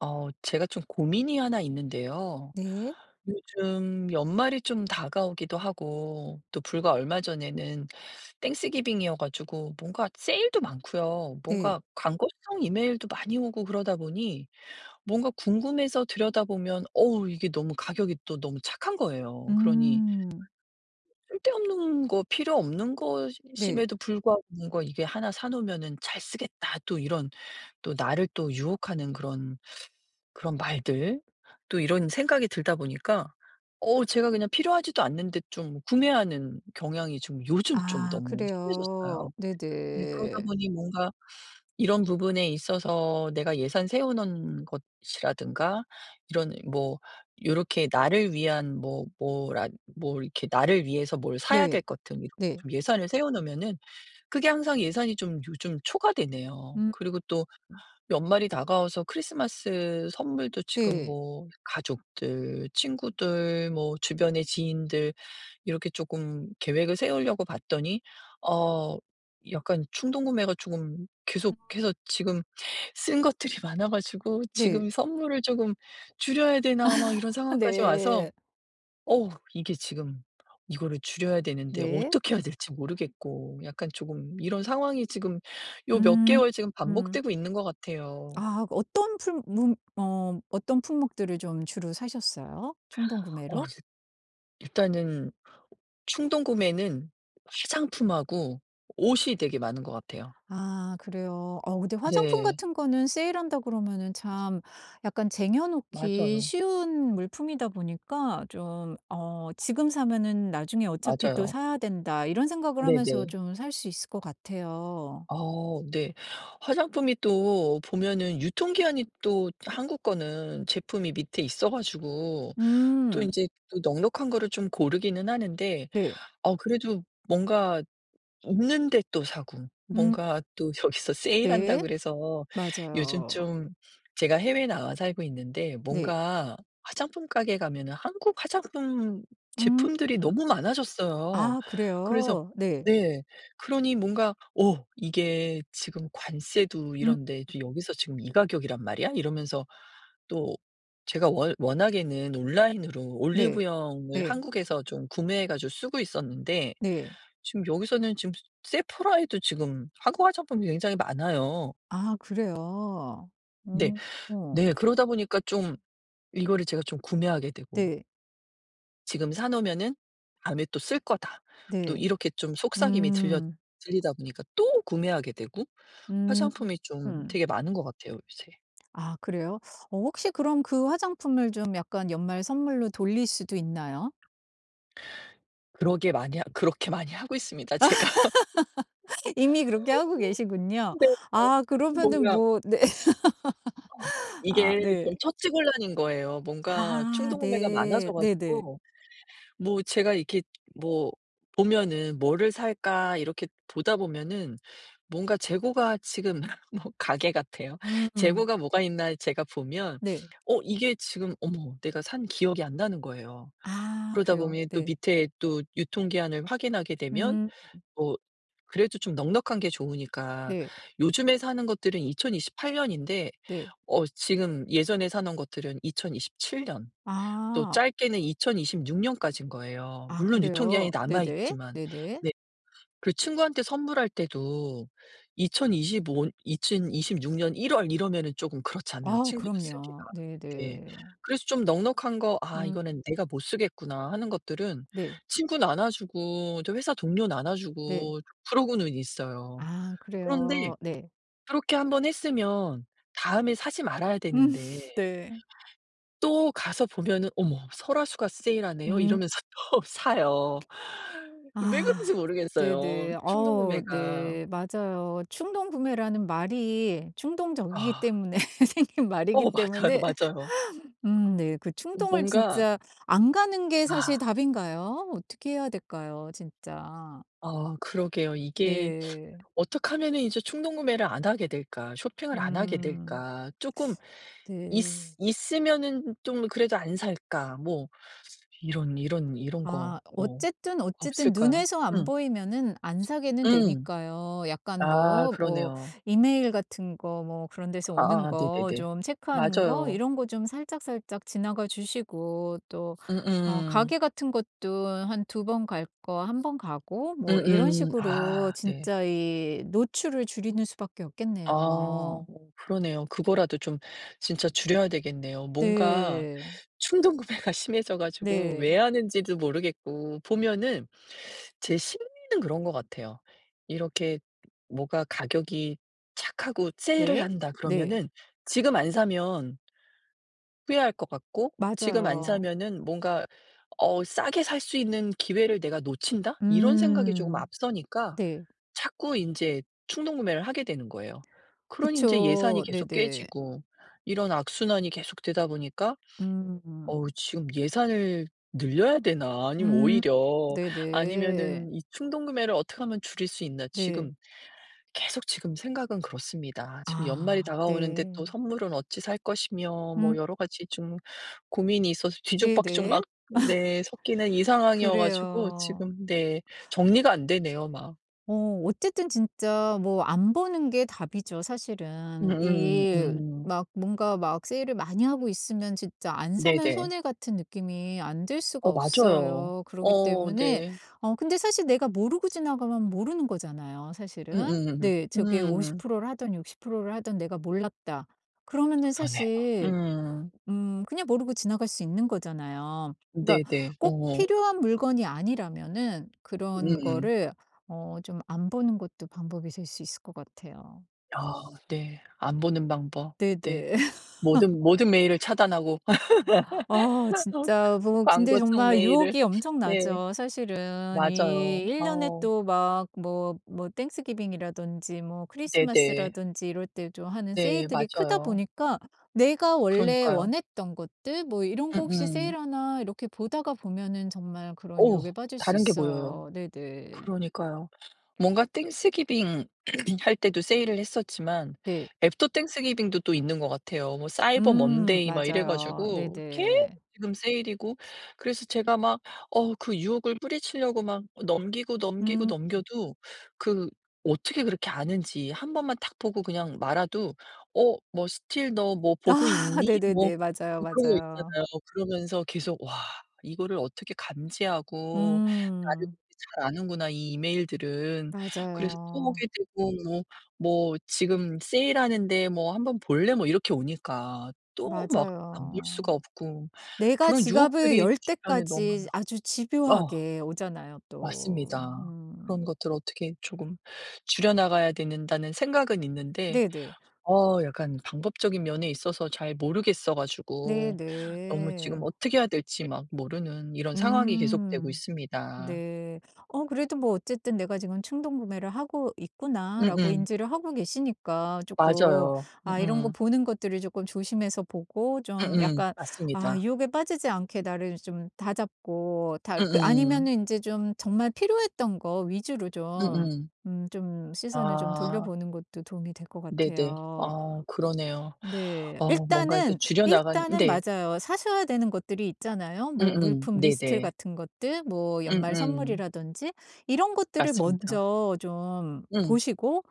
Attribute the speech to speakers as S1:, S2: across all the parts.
S1: 제가 좀 고민이 하나 있는데요.
S2: 네.
S1: 요즘 연말이 좀 다가오기도 하고, 또 불과 얼마 전에는 땡스기빙이어가지고, 뭔가 세일도 많고요.
S2: 네.
S1: 뭔가 광고성 이메일도 많이 오고 그러다 보니, 뭔가 궁금해서 들여다보면, 어우, 이게 너무 가격이 또 너무 착한 거예요. 그러니,
S2: 음.
S1: 쓸데없는 거, 필요 없는
S2: 네.
S1: 것임에도 불구하고, 뭔가 이게 하나 사놓으면은 잘 쓰겠다. 또 이런, 또 나를 또 유혹하는 그런 말들, 또 이런 생각이 들다 보니까 제가 그냥 필요하지도 않는데 좀 구매하는 경향이 좀 요즘 좀
S2: 아,
S1: 너무
S2: 그래요.
S1: 심해졌어요. 네, 그러다
S2: 네네.
S1: 보니 뭔가 이런 부분에 있어서 내가 예산 세워 놓은 것이라든가 이런 뭐, 요렇게 나를 위한 뭐 뭐라, 뭐 이렇게 나를 위해서 뭘 사야
S2: 네.
S1: 될 것 등 이렇게
S2: 네.
S1: 좀 예산을 세워 놓으면은 그게 항상 예산이 좀 요즘 초과되네요.
S2: 음.
S1: 그리고 또 연말이 다가와서 크리스마스 선물도 지금
S2: 네.
S1: 뭐 가족들, 친구들, 뭐 주변의 지인들 이렇게 조금 계획을 세우려고 봤더니 어 약간 충동 구매가 조금 계속해서 지금 쓴 것들이 많아 가지고
S2: 네.
S1: '지금 선물을 조금 줄여야 되나?' 막 이런 상황까지 와서
S2: 네.
S1: 어우, 이게 지금 이거를 줄여야 되는데
S2: 네.
S1: 어떻게 해야 될지 모르겠고 약간 조금 이런 상황이 지금 요 몇
S2: 음.
S1: 개월 지금
S2: 음.
S1: 반복되고 있는 것 같아요.
S2: 아, 어떤 품 문 어 어떤 품목들을 좀 주로 사셨어요? 충동
S1: 어
S2: 구매로?
S1: 일- 일단은 충동 구매는 화장품하고 옷이 되게 많은 것 같아요.
S2: 아, 그래요. 어, 근데 화장품
S1: 네.
S2: 같은 거는 세일한다 그러면은 참 약간 쟁여 놓기
S1: 맞아요.
S2: 쉬운 물품이다 보니까 좀 어 '지금 사면은 나중에 어차피 또
S1: 맞아요.
S2: 사야 된다.' 이런 생각을 하면서
S1: 네네.
S2: 좀 살 수 있을 것 같아요.
S1: 어 네. 화장품이 또 보면은 유통기한이 또 한국 거는 제품이 밑에 있어 가지고 또 이
S2: 음.
S1: 제 또 넉넉한 거를 좀 고르기는 하는데
S2: 네.
S1: 그래도 뭔가 없는데 또 사고
S2: 음.
S1: 뭔가 또 여기서 세일한다
S2: 네.
S1: 그래서 요즘
S2: 맞아요.
S1: 좀 제가 해외에 나와 살고 있는데
S2: 네.
S1: 뭔가 화장품 가게 가면은 한국 화장품
S2: 음.
S1: 제품들이
S2: 음.
S1: 너무 많아졌어요.
S2: 아,
S1: 그래서
S2: 그래요? 네.
S1: 네. 그러니 뭔가 '어 이게 지금 관세도
S2: 음.
S1: 이런데 또 여기서 지금 이 가격이란 말이야?' 이러면서 또 제가 워 워낙에는 온라인으로
S2: 네.
S1: 올리브영을
S2: 네.
S1: 한국에서 좀 구매해 가지고 쓰고 있었는데
S2: 네.
S1: 지금 여기서는 지금 세포라에도 지금 한국 화장품이 굉장히 많아요.
S2: 아, 그래요?
S1: 네.
S2: 음. 어.
S1: 네. 그러다 보니까 좀 이거를 제가 좀 구매하게 되고
S2: 네.
S1: '지금 사 놓으면은 다음에 또 쓸 거다.' 또
S2: 네.
S1: 이렇게 좀 속삭임이 들려
S2: 음.
S1: 들리다 보니까 또 구매하게 되고
S2: 음.
S1: 화장품이 좀
S2: 음.
S1: 되게 많은 것 같아요 요새.
S2: 아, 그래요? 어, 혹시 그럼 그 화장품을 좀 약간 연말 선물로 돌릴 수도 있나요?
S1: 그러게 많이 하 그렇게 많이 하고 있습니다 제가.
S2: 이미 그렇게 하고 계시군요.
S1: 네.
S2: 아, 그러면은
S1: 뭔가
S2: 뭐, 네. 아,
S1: 이게
S2: 네.
S1: 좀 처치곤란인 거예요. 뭔가
S2: 아,
S1: 충동 구매가 많아져
S2: 네. 네네.
S1: 가지고 뭐 제가 이렇게 뭐 보면은 '뭐를 살까?' 이렇게 보다 보면은 뭔가 재고가 지금 뭐 가게 같아요.
S2: 음. 음.
S1: 재고가 뭐가 있나 제가 보면
S2: 네.
S1: 어 이게 지금 어머 내가 산 기억이 안 나는 거예요.
S2: 아,
S1: 그러다
S2: 그래요.
S1: 보면 또
S2: 네.
S1: 밑에 또 유통기한을 확인하게 되면
S2: 음.
S1: 뭐 그래도 좀 넉넉한 게 좋으니까
S2: 네.
S1: 요즘에 사는 것들은 2028년 년인데
S2: 네.
S1: 지금 예전에 사놓은 것들은 2027년 년. 또
S2: 아.
S1: 짧게는 2026년까지인 거예요.
S2: 아,
S1: 물론 유통기한이
S2: 그래요?
S1: 남아
S2: 네네.
S1: 있지만.
S2: 네네.
S1: 네. 그 친구한테 선물할 때도 2025 2026년 1월 이러면은 쪼금 그렇잖아요,
S2: 아,
S1: 친구도 쓰기가.
S2: 그럼요.
S1: 네.
S2: 네네.
S1: 그래서 좀 넉넉한 거 '아
S2: 음.
S1: 이거는 내가 못 쓰겠구나.' 하는 것들은
S2: 네.
S1: 친구 나눠 주고 저 회사 동료 나눠
S2: 네.
S1: 주고 그러고는 있어요.
S2: 아,
S1: 그런데
S2: 그래요. 네.
S1: 그렇게 한 번 했으면 다음에 사지 말아야
S2: 음.
S1: 되는데
S2: 네.
S1: 또 가서 보면은 '어머 설화수가 세일하네요.'
S2: 음.
S1: 이러면서 또 사요. 왜
S2: 아.
S1: 그런지 모르겠어요.
S2: 네네.
S1: 충동
S2: 어,
S1: 구매가.
S2: 네. 맞아요. 충동 구매라는 말이 충동적이기
S1: 아.
S2: 때문에 생긴 말이기
S1: 어 맞아요,
S2: 때문에.
S1: 맞아요.
S2: 음, 네. 그 충동을
S1: 뭔가
S2: 진짜 안 가는 게 사실
S1: 아,
S2: 답인가요? 어떻게 해야 될까요, 진짜?
S1: 그러게요. 이게
S2: 네.
S1: '어떻게 하면은 이제 충동 구매를 안 하게 될까? 쇼핑을 안 하게
S2: 음.
S1: 될까? 쪼끔 있
S2: 네.
S1: 있으면은 좀 그래도 안 살까?' 뭐 이런 거
S2: 아,
S1: 뭐
S2: 어쨌든, 어쨌든
S1: 없을까요?
S2: 눈에서 안
S1: 음.
S2: 보이면은 안 사게는
S1: 음.
S2: 되니까요. 약간
S1: 아
S2: 뭐, 뭐
S1: 그러네요.
S2: 이메일 같은 거 뭐 그런 데서 오는
S1: 아아
S2: 거
S1: 네네네.
S2: 좀 체크하는 거
S1: 맞아요.
S2: 이런 거 좀 살짝살짝 지나가 주시고, 또 어
S1: 음음.
S2: 가게 같은 것도 한 두 번 갈 거 한 번 가고 뭐 이런
S1: 음음.
S2: 식으로
S1: 아 네.
S2: 진짜 이 노출을 줄이는 수밖에
S1: 아 어,
S2: 없겠네요.
S1: 그러네요. 그거라도 좀 진짜 줄여야 되겠네요. 뭔가
S2: 네.
S1: 충동 구매가 심해져 가지고 왜
S2: 네.
S1: 하는지도 모르겠고 보면은 제 심리는 그런 것 같아요. 이렇게 뭐가 가격이 착하고 세일을
S2: 네.
S1: 한다
S2: 네.
S1: 그러면은 지금 안 사면 후회할 것 같고 지금 안
S2: 맞아요.
S1: 사면은 뭔가 어 '싸게 살 수 있는 기회를 내가 놓친다.' 이런 생각이 조금
S2: 음.
S1: 앞서니까
S2: 네.
S1: 자꾸 이제 충동 구매를 하게 되는 거예요. 그러니 이제 예산이
S2: 그쵸.
S1: 계속
S2: 네네.
S1: 깨지고 이런 악순환이 계속되다 보니까
S2: 음.
S1: '어우 지금 예산을 늘려야 되나? 아니면
S2: 음.
S1: 오히려
S2: 네네.
S1: 아니면은 이 충동 구매를 어떻게 하면 줄일 수 있나?'
S2: 네.
S1: 지금 계속 지금 생각은 그렇습니다. 지금 연말이
S2: 아,
S1: 다가오는데 또
S2: 네.
S1: 선물은 어찌 살 것이며 뭐
S2: 음,
S1: 여러 가지 좀 고민이 있어서 뒤죽박죽 막
S2: 네네.
S1: 네 섞이는 이 상황이어 가지고
S2: 그래요.
S1: 지금 네 정리가 안 되네요 막.
S2: 어, 어쨌든 진짜 뭐 안 보는 게 답이죠, 사실은.
S1: 음음
S2: 이
S1: 음.
S2: 막 뭔가 막 세일을 많이 하고 있으면 진짜 안 사면
S1: 네네.
S2: 손해 같은 느낌이 안 들 수가
S1: 어 맞아요.
S2: 없어요. 그러기
S1: 어
S2: 때문에
S1: 네.
S2: 어 근데 사실 내가 모르고 지나가면 모르는 거잖아요, 사실은.
S1: 음음. 음.
S2: 네. 저게
S1: 음.
S2: 50% 를하 육십 60%를하던 내가 몰랐다. 그러면은
S1: 그러네요.
S2: 사실
S1: 음.
S2: 그냥 모르고 지나갈 수 있는 거잖아요. 그러니까
S1: 네네.
S2: 꼭
S1: 어.
S2: 필요한 물건이 아니라면은
S1: 응
S2: 그런 거를 어 좀 안 보는 것도 방법이 될 수 있을 것 같아요.
S1: 아 네. 안 보는 방법. 네.
S2: 네네.
S1: 모든 메일을 차단하고.
S2: 아, 진짜 뭐 근데
S1: 광고성
S2: 정말
S1: 메일을
S2: 유혹이
S1: 네
S2: 엄청나죠. 사실은
S1: 맞아요.
S2: 이
S1: 아
S2: 1년 년에 또 막 뭐, 뭐 땡스기빙이라든지 뭐
S1: 네네.
S2: 크리스마스라든지 이럴 때 좀 하는
S1: 네
S2: 세일들이 크다
S1: 맞아요.
S2: 보니까 내가 원래
S1: 그러니까요.
S2: 원했던 것들 뭐 이런 거 혹시
S1: 음음.
S2: 세일하나 이렇게 보다가 보면은 정말 그런
S1: 어
S2: 유혹에 빠질 수
S1: 다른 게 보여요.
S2: 있어요. 네네.
S1: 그러니까요. 뭔가 땡스기빙 할 때도 세일을 했었지만
S2: 네.
S1: 애프터 땡스기빙도 또 있는 것 같아요. 뭐 사이버
S2: 음,
S1: 먼데이 막 이래
S2: 맞아요.
S1: 가지고 계속
S2: 네네.
S1: 지금 세일이고 그래서 제가 막 어 그 유혹을 뿌리치려고 막 넘기고, 넘기고,
S2: 음.
S1: 넘겨도 그 어떻게 그렇게 아는지 한 번만 딱 보고 그냥 말아도 "어 뭐 스틸 너 뭐 보고
S2: 아,
S1: 있니?" 뭐
S2: 네네네. 맞아요,
S1: 뭐 그런 거
S2: 맞아요.
S1: 있잖아요. 그러면서 계속 와 이거를 어떻게 감지하고 나를
S2: 음.
S1: 잘 아는구나 이 이메일들은. 네. 그래서 또
S2: 맞아요.
S1: 보게 되고 뭐 뭐 지금 세일하는데 뭐 "한번 볼래?" 뭐 이렇게 오니까 또 막 안 볼 수가
S2: 맞아요.
S1: 없고
S2: 내가
S1: 그런
S2: 지갑을
S1: 유혹들이
S2: 열
S1: 주변에 너무
S2: 때까지
S1: 많아.
S2: 아주
S1: 어
S2: 집요하게 오잖아요 또.
S1: 맞습니다. 그런
S2: 음.
S1: 것들을 어떻게 조금 줄여 나가야 된다는 생각은 있는데
S2: 네네.
S1: 어 약간 방법적인 면에 있어서 잘 모르겠어 가지고 너무 지금
S2: 네네.
S1: 어떻게 해야 될지 막 모르는 이런 상황이 계속되고
S2: 음.
S1: 있습니다.
S2: 네. 어, 그래도 뭐 어쨌든 '내가 지금 충동 구매를 하고 있구나.'라고
S1: 음음.
S2: 인지를 하고 계시니까 조금
S1: 맞아요.
S2: 아 이런 거
S1: 음음.
S2: 보는 것들을 조금 조심해서 보고 좀
S1: 음음.
S2: 약간 아
S1: 맞습니다.
S2: 유혹에 빠지지 않게 나를 좀 다잡고 다 그
S1: 음음.
S2: 아니면은 이제 좀 정말 필요했던 거 위주로 좀
S1: 음음.
S2: 좀 시선을 좀
S1: 아
S2: 돌려보는 것도 도움이 될 것
S1: 네네.
S2: 같아요.
S1: 아 그러네요.
S2: 네.
S1: 어 뭔가 이렇게
S2: 일단은,
S1: 줄여 나가는
S2: 일단은
S1: 네.
S2: 맞아요. 사셔야 되는 것들이 있잖아요. 뭐
S1: 음음.
S2: 물품 리스트
S1: 네네.
S2: 같은 것들, 뭐 연말
S1: 음음.
S2: 선물이라든지 이런 것들을
S1: 맞습니다.
S2: 먼저 좀
S1: 음.
S2: 보시고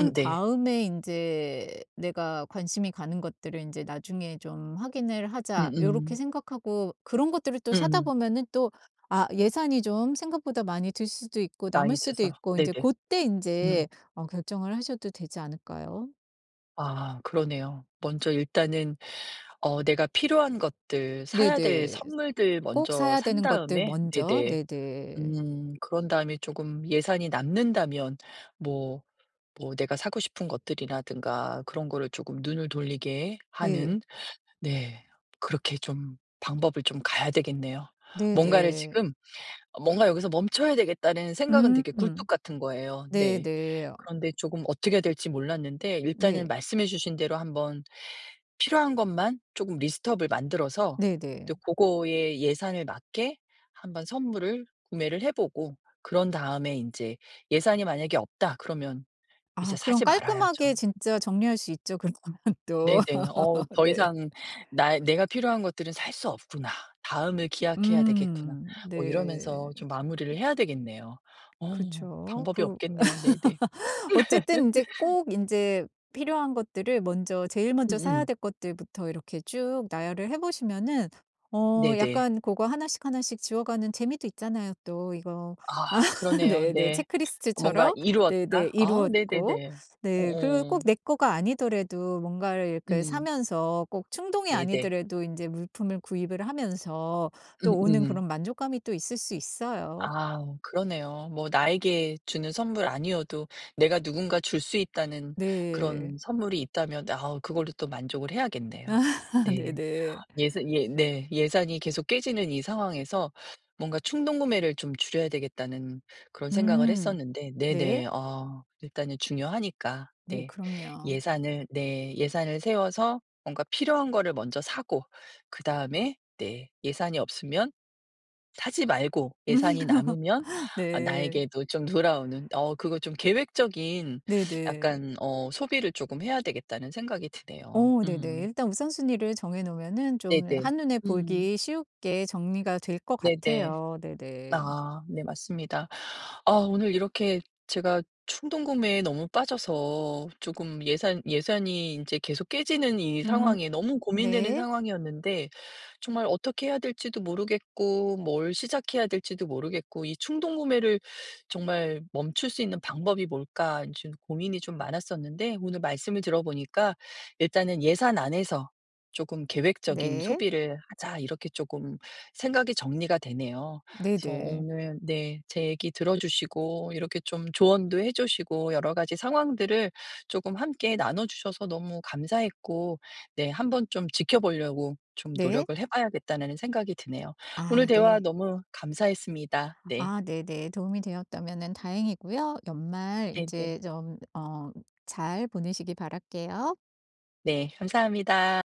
S1: 네.
S2: 다음에 이제 내가 관심이 가는 것들을 이제 나중에 좀 확인을 하자. 요렇게
S1: 음음.
S2: 생각하고 그런 것들을 또 사다
S1: 음음.
S2: 보면은 또 아 예산이 좀 생각보다 많이 들 수도 있고 남을
S1: 나이
S2: 수도
S1: 드서.
S2: 있고 이
S1: 네네.
S2: 제 그때 이
S1: 음.
S2: 제 어 결정을 하셔도 되지 않을까요?
S1: 아 그러네요. 먼저 일단은 어 내가 필요한 것들 사야 될
S2: 네네.
S1: 선물들
S2: 꼭
S1: 먼저
S2: 사야
S1: 산
S2: 되는 것들
S1: 다음에
S2: 먼저.
S1: 네네.
S2: 네네.
S1: 음. 그런 다음에 조금 예산이 남는다면 뭐 뭐 내가 사고 싶은 것들이라든가 그런 거를 조금 눈을 돌리게
S2: 네,
S1: 하는 네. 그렇게 좀 방법을 좀 가야 되겠네요. 뭔가를
S2: 네네.
S1: 지금 '뭔가 여기서 멈춰야 되겠다.'는 생각은 되게 굴뚝
S2: 음.
S1: 같은 거예요. 네.
S2: 네네.
S1: 그런데 조금 어떻게 해야 될지 몰랐는데 일단은
S2: 네,
S1: 말씀해 주신 대로 한번 필요한 것만 조금 리스트업을 만들어서
S2: 네네.
S1: 또 고거에 예산을 맞게 한번 선물을 구매를 해 보고 그런 다음에 인제 예산이 만약에 없다 그러면 이제
S2: 아, 그럼
S1: 사지 말아야죠.
S2: 깔끔하게 진짜 정리할 수 있죠 그러면. 또.
S1: 네네. 어 더
S2: 네.
S1: 이상 나 '내가 필요한 것들은 살 수 없구나. 다음을 기약해야 되겠구나.'
S2: 음.
S1: 뭐 이러면서
S2: 네.
S1: 좀 마무리를 해야 되겠네요. 어
S2: 그쵸.
S1: 방법이
S2: 그
S1: 없겠네요. 네네.
S2: 어쨌든 이제 꼭 이제 필요한 것들을 먼저 제일 먼저 사야
S1: 음음.
S2: 될 것들부터 이렇게 쭉 나열을 해 보시면은 어
S1: 네네.
S2: 약간 그거 하나씩 하나씩 지워가는 재미도 있잖아요 또 이거.
S1: 아
S2: 아,
S1: 그러네요.
S2: 네네.
S1: 네. 뭔가
S2: 체크리스트처럼 네네
S1: 이루었다. 아
S2: 이루었고
S1: 네네네.
S2: 네 그리고
S1: 어어.
S2: 꼭 내 거가 아니더라도 뭔가를 이렇게
S1: 음.
S2: 사면서 꼭 충동이
S1: 네네.
S2: 아니더라도 이제 물품을 구입을 하면서 또 오는
S1: 음음.
S2: 그런 만족감이 또 있을 수 있어요.
S1: 아 그러네요. 뭐 나에게 주는 선물 아니어도 내가 누군가 줄 수 있다는
S2: 네.
S1: 그런 선물이 있다면 아우 그걸로 또 만족을 해야겠네요. 네.
S2: 네네.
S1: 예산 예 네. 예산이 계속 깨지는 이 상황에서 뭔가 충동 구매를 좀 줄여야 되겠다는 그런 생각을
S2: 음.
S1: 했었는데
S2: 네.
S1: 네네. 어 일단은 중요하니까.
S2: 네,
S1: 네.
S2: 그럼요.
S1: 예산을 세워서 뭔가 필요한 거를 먼저 사고 그다음에 네 예산이 없으면 사지 말고 예산이 남으면 아
S2: 네.
S1: 나에게도 좀 돌아오는 어 그거 좀 계획적인
S2: 네네.
S1: 약간 어 '소비를 조금 해야 되겠다.'는 생각이 드네요.
S2: 어, 네네.
S1: 음.
S2: 일단 우선순위를 정해 놓으면은 좀
S1: 네네.
S2: 한눈에
S1: 음.
S2: 보기 쉽게 정리가 될 것
S1: 네네.
S2: 같아요. 네네.
S1: 아 네 맞습니다. 아 오늘 이렇게 제가 충동구매에 너무 빠져서 조금 예산이 이제 계속 깨지는 이
S2: 음,
S1: 상황에 너무 고민되는
S2: 네.
S1: 상황이었는데 정말 어떻게 해야 될지도 모르겠고 뭘 시작해야 될지도 모르겠고 이 충동구매를 정말 멈출 수 있는 방법이 뭘까 지금 고민이 좀 많았었는데 오늘 말씀을 들어보니까 일단은 '예산 안에서 조금 계획적인
S2: 네.
S1: 소비를 하자.' 이렇게 조금 생각이 정리가 되네요. 그래서
S2: 네네.
S1: 오늘 네 제 얘기 들어주시고 이렇게 좀 조언도 해 주시고 여러 가지 상황들을 조금 함께 나눠 주셔서 너무 감사했고 네 한번 좀 지켜보려고 좀
S2: 네.
S1: 노력을 해 봐야겠다는 생각이 드네요. 오늘
S2: 아,
S1: 대화
S2: 네.
S1: 너무 감사했습니다. 네.
S2: 아, 네네. 도움이 되었다면은 다행이고요. 연말 이
S1: 네네. 네.
S2: 제 좀 어 잘 보내시기 바랄게요.
S1: 네, 감사합니다.